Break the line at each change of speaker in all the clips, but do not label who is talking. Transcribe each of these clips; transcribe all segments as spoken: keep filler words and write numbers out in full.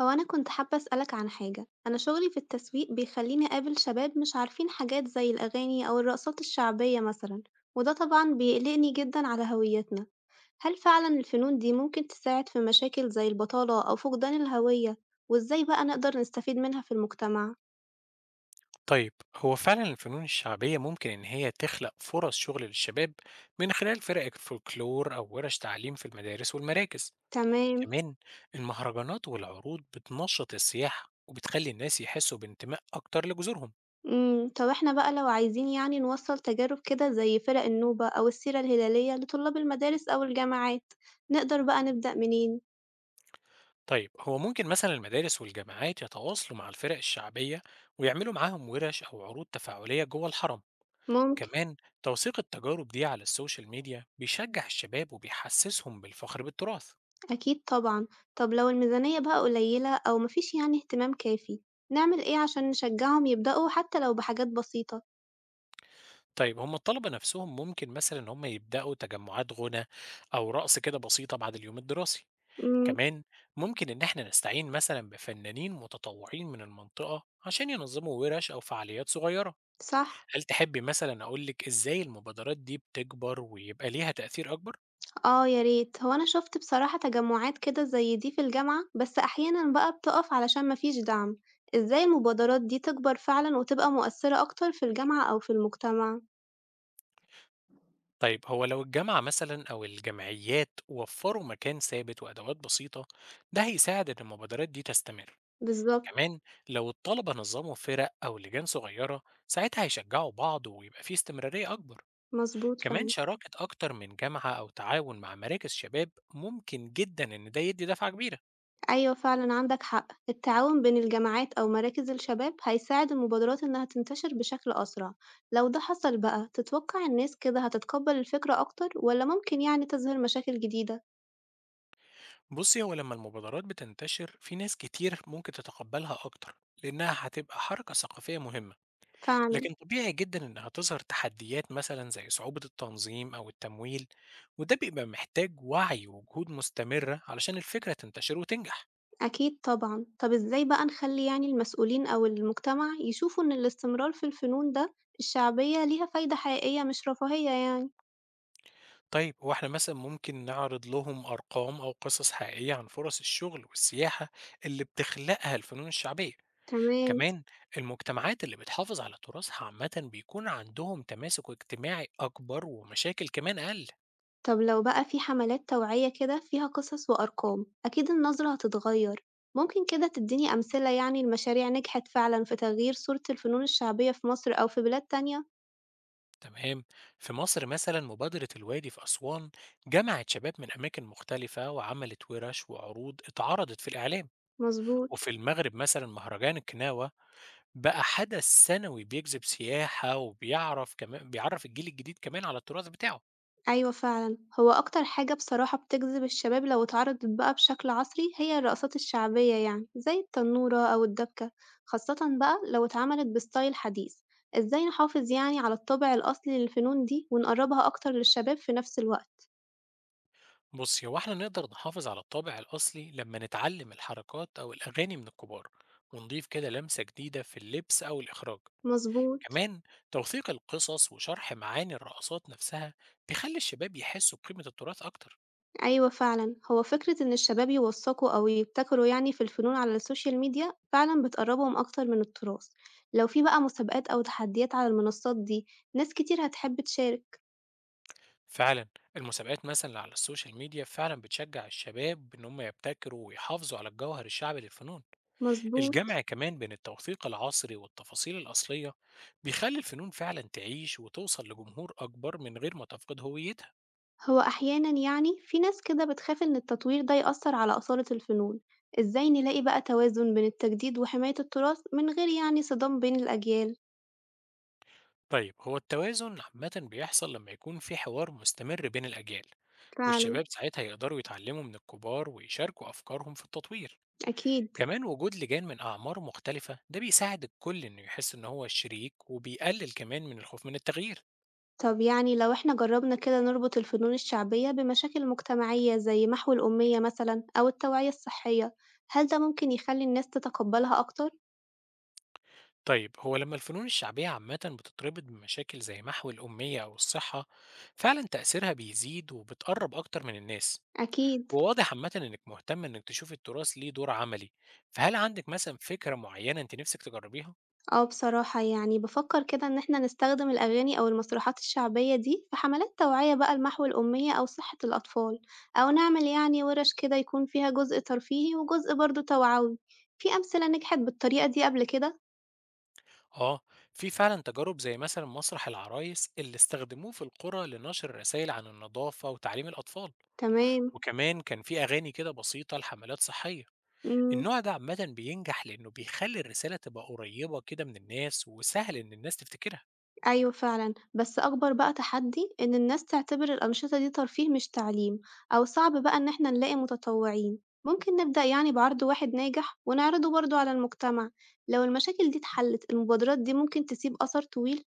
هو أنا كنت حابة أسألك عن حاجة، أنا شغلي في التسويق بيخليني أقابل شباب مش عارفين حاجات زي الأغاني أو الرقصات الشعبية مثلا، وده طبعا بيقلقني جدا على هويتنا. هل فعلا الفنون دي ممكن تساعد في مشاكل زي البطالة أو فقدان الهوية؟ وإزاي بقى نقدر نستفيد منها في المجتمع؟
طيب هو فعلا الفنون الشعبية ممكن إن هي تخلق فرص شغل للشباب من خلال فرق الفولكلور أو ورش تعليم في المدارس والمراكز.
تمام.
كمان المهرجانات والعروض بتنشط السياحة وبتخلي الناس يحسوا بانتماء أكتر لجذورهم.
امم طب احنا بقى لو عايزين يعني نوصل تجارب كده زي فرق النوبة أو السيرة الهلالية لطلاب المدارس أو الجامعات، نقدر بقى نبدأ منين؟
طيب هو ممكن مثلا المدارس والجامعات يتواصلوا مع الفرق الشعبية ويعملوا معاهم ورش أو عروض تفاعلية جوه الحرم.
ممكن.
كمان توثيق التجارب دي على السوشيال ميديا بيشجع الشباب وبيحسسهم بالفخر بالتراث.
أكيد طبعًا. طب لو الميزانية بقى قليلة أو ما فيش يعني اهتمام كافي، نعمل إيه عشان نشجعهم يبدأوا حتى لو بحاجات بسيطة؟
طيب هم الطلبة نفسهم ممكن مثلا ان هم يبدأوا تجمعات غنى او رقص كده بسيطة بعد اليوم الدراسي.
إمم.
كمان ممكن ان احنا نستعين مثلا بفنانين متطوعين من المنطقة عشان ينظموا ورش او فعاليات صغيرة.
صح.
هل تحبي مثلا اقولك ازاي المبادرات دي بتكبر ويبقى ليها تأثير اكبر؟
آه يا ريت، هو أنا شُفت بصراحة تجمعات كده زي دي في الجامعة، بس أحيانًا بقى بتُقف علشان ما فيش دعم. إزاي المبادرات دي تكبر فعلًا وتبقى مؤثرة أكتر في الجامعة أو في المجتمع؟
طيب هو لو الجامعة مثلا او الجمعيات وفروا مكان ثابت وادوات بسيطة، ده هيساعد ان المبادرات دي تستمر.
بالضبط.
كمان لو الطلبة نظموا فرق أو لجان صغيرة ساعتها هيشجعوا بعض ويبقى فيه استمرارية أكبر.
مضبوط
كمان
فعلًا.
شراكة أكتر من جامعة أو تعاون مع مراكز شباب ممكن جدا إن ده يدي دفعة كبيرة.
أيوه فعلًا عندك حق، التعاون بين الجامعات أو مراكز الشباب هيساعد المبادرات إنها تنتشر بشكل أسرع. لو ده حصل بقى تتوقع الناس كده هتتقبل الفكرة أكتر ولا ممكن يعني تظهر مشاكل جديدة؟
بصي هو لما المبادرات بتنتشر في ناس كتير ممكن تتقبلها أكتر لأنها هتبقى حركة ثقافية مهمة.
فعلًا.
لكن طبيعي جدا إنها تظهر تحديات مثلا زي صعوبة التنظيم أو التمويل، وده بيبقى محتاج وعي وجهود مستمرة علشان الفكرة تنتشر وتنجح.
أكيد طبعًا. طب إزاي بقى نخلي يعني المسؤولين أو المجتمع يشوفوا إن الاستمرار في الفنون ده الشعبية ليها فايدة حقيقية مش رفاهية يعني؟
طيب هو احنا مثلا ممكن نعرض لهم أرقام أو قصص حقيقية عن فرص الشغل والسياحة اللي بتخلقها الفنون الشعبية.
تمام.
كمان المجتمعات اللي بتحافظ على تراثها عامة بيكون عندهم تماسك اجتماعي أكبر ومشاكل كمان أقل.
طب لو بقى في حملات توعية كده فيها قصص وأرقام أكيد النظرة هتتغير. ممكن كده تديني أمثلة يعني لمشاريع نجحت فعلًا في تغيير صورة الفنون الشعبية في مصر أو في بلاد تانية؟
تمام. في مصر مثلا مبادرة الوادي في أسوان جمعت شباب من أماكن مختلفة وعملت ورش وعروض اتعرضت في الإعلام.
مظبوط.
وفي المغرب مثلا مهرجان الكناوة بقى حدث سنوي بيجذب سياحة وبيعرف كمان بيعرف الجيل الجديد كمان على التراث بتاعه.
أيوه فعلًا، هو أكتر حاجة بصراحة بتجذب الشباب لو اتعرضت بقى بشكل عصري هي الرقصات الشعبية يعني زي التنورة أو الدبكة، خاصةً بقى لو اتعملت بستايل حديث. إزاي نحافظ يعني على الطابع الأصلي للفنون دي ونقربها أكتر للشباب في نفس الوقت؟
بصي هو احنا نقدر نحافظ على الطابع الأصلي لما نتعلم الحركات أو الأغاني من الكبار ونضيف كده لمسة جديدة في اللبس أو الإخراج.
مظبوط.
كمان توثيق القصص وشرح معاني الرقصات نفسها بيخلي الشباب يحسوا بقيمة التراث أكتر.
أيوه فعلًا، هو فكرة إن الشباب يوثّقوا أو يبتكروا يعني في الفنون على الSocial media فعلًا بتقرّبهم أكتر من التراث. لو في بقى مسابقات أو تحديات على المنصات دي ناس كتير هتحب تشارك.
فعلا المسابقات مثلا اللي على السوشيال ميديا فعلا بتشجع الشباب إن هم يبتكروا ويحافظوا على الجوهر الشعبي للفنون.
مضبوط.
الجمع كمان بين التوثيق العصري والتفاصيل الأصلية بيخلي الفنون فعلا تعيش وتوصل لجمهور أكبر من غير ما تفقد هويتها.
هو أحيانًا يعني في ناس كده بتخاف إن التطوير ده يأثّر على أصالة الفنون. إزاي نلاقي بقى توازن بين التجديد وحماية التراث من غير يعني صدام بين الأجيال؟
طيب هو التوازن عامة بيحصل لما يكون في حوار مستمر بين الأجيال،
فعلًا.
والشباب ساعتها يقدروا يتعلموا من الكبار ويشاركوا أفكارهم في التطوير.
أكيد.
كمان وجود لجان من أعمار مختلفة ده بيساعد الكل إنه يحس إن هو شريك وبيقلل كمان من الخوف من التغيير.
طب يعني لو إحنا جربنا كده نربط الفنون الشعبية بمشاكل مجتمعية زي محو الأمية مثلا أو التوعية الصحية، هل ده ممكن يخلي الناس تتقبلها أكتر؟
طيب هو لما الفنون الشعبية عامة بتتربط بمشاكل زي محو الأمية أو الصحة، فعلا تأثيرها بيزيد وبتقرب أكتر من الناس.
أكيد.
وواضح عامة إنك مهتم إنك تشوف التراث ليه دور عملي، فهل عندك مثلا فكرة معينة أنت نفسك تجربيها؟
آه بصراحة يعني بفكر كده إن إحنا نستخدم الأغاني أو المسرحيات الشعبية دي في حملات توعية بقى لمحو الأمية أو صحة الأطفال، أو نعمل يعني ورش كده يكون فيها جزء ترفيهي وجزء برضه توعوي. في أمثلة نجحت بالطريقة دي قبل كده؟
آه في فعلا تجارب زي مثلا مسرح العرايس اللي استخدموه في القرى لنشر رسائل عن النظافة وتعليم الأطفال.
تمام.
وكمان كان في أغاني كده بسيطة لحملات صحية.
إمم.
النوع ده عامةً بينجح لإنه بيخلّي الرسالة تبقى قريّبة كده من الناس، وسهل إن الناس تفتكرها.
أيوه فعلًا، بس أكبر بقى تحدي إن الناس تعتبر الأنشطة دي ترفيه مش تعليم، أو صعب بقى إن إحنا نلاقي متطوعين، ممكن نبدأ يعني بعرض واحد ناجح ونعرضه برضه على المجتمع. لو المشاكل دي اتحلت المبادرات دي ممكن تسيب أثر طويل.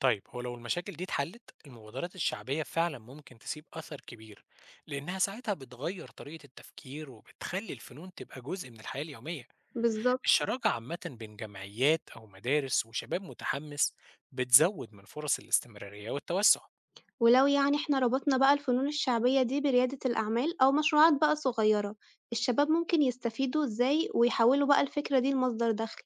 طيب هو لو المشاكل دي اتحلت، المبادرات الشعبية فعلًا ممكن تسيب أثر كبير، لإنها ساعتها بتغيّر طريقة التفكير، وبتخلّي الفنون تبقى جزء من الحياة اليومية.
بالظبط.
الشراكة عامةً بين جمعيات أو مدارس وشباب متحمس، بتزوّد من فرص الاستمرارية والتوسّع.
ولو يعني إحنا ربطنا بقى الفنون الشعبية دي بريادة الأعمال أو مشروعات بقى صغيرة، الشباب ممكن يستفيدوا إزاي ويحولوا بقى الفكرة دي لمصدر دخل؟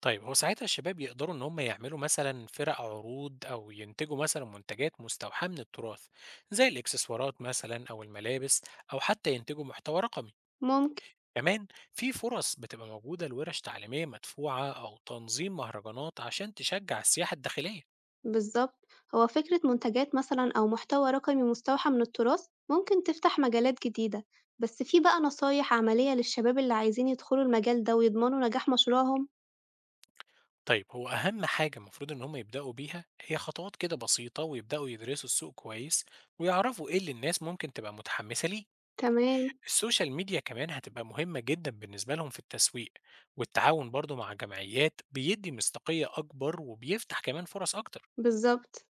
طيب هو ساعتها الشباب يقدروا إن هم يعملوا مثلا فرق عروض أو ينتجوا مثلا منتجات مستوحاة من التراث زي الإكسسوارات مثلا أو الملابس أو حتى ينتجوا محتوى رقمي.
ممكن.
كمان في فرص بتبقى موجودة لورش تعليمية مدفوعة أو تنظيم مهرجانات عشان تشجع السياحة الداخلية.
بالظبط، هو فكرة منتجات مثلا أو محتوى رقمي مستوحى من التراث ممكن تفتح مجالات جديدة. بس في بقى نصايح عملية للشباب اللي عايزين يدخلوا المجال ده ويضمنوا نجاح مشروعهم؟
طيب هو أهم حاجة المفروض إن هم يبدأوا بيها هي خطوات كده بسيطة، ويبدأوا يدرسوا السوق كويس ويعرفوا إيه اللي الناس ممكن تبقى متحمسة ليه.
تمام.
السوشيال ميديا كمان هتبقى مهمة جدا بالنسبة لهم في التسويق، والتعاون برضو مع جمعيات بيدي مصداقية أكبر وبيفتح كمان فرص أكتر.
بالظبط.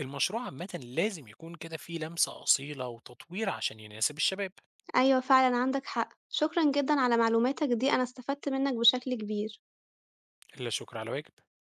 المشروع عامة لازم يكون كده فيه لمسة أصيلة وتطوير عشان يناسب الشباب.
أيوة فعلا عندك حق، شكرا جدا على معلوماتك دي، أنا استفدت منك بشكل كبير.
إلا شكر على واجب.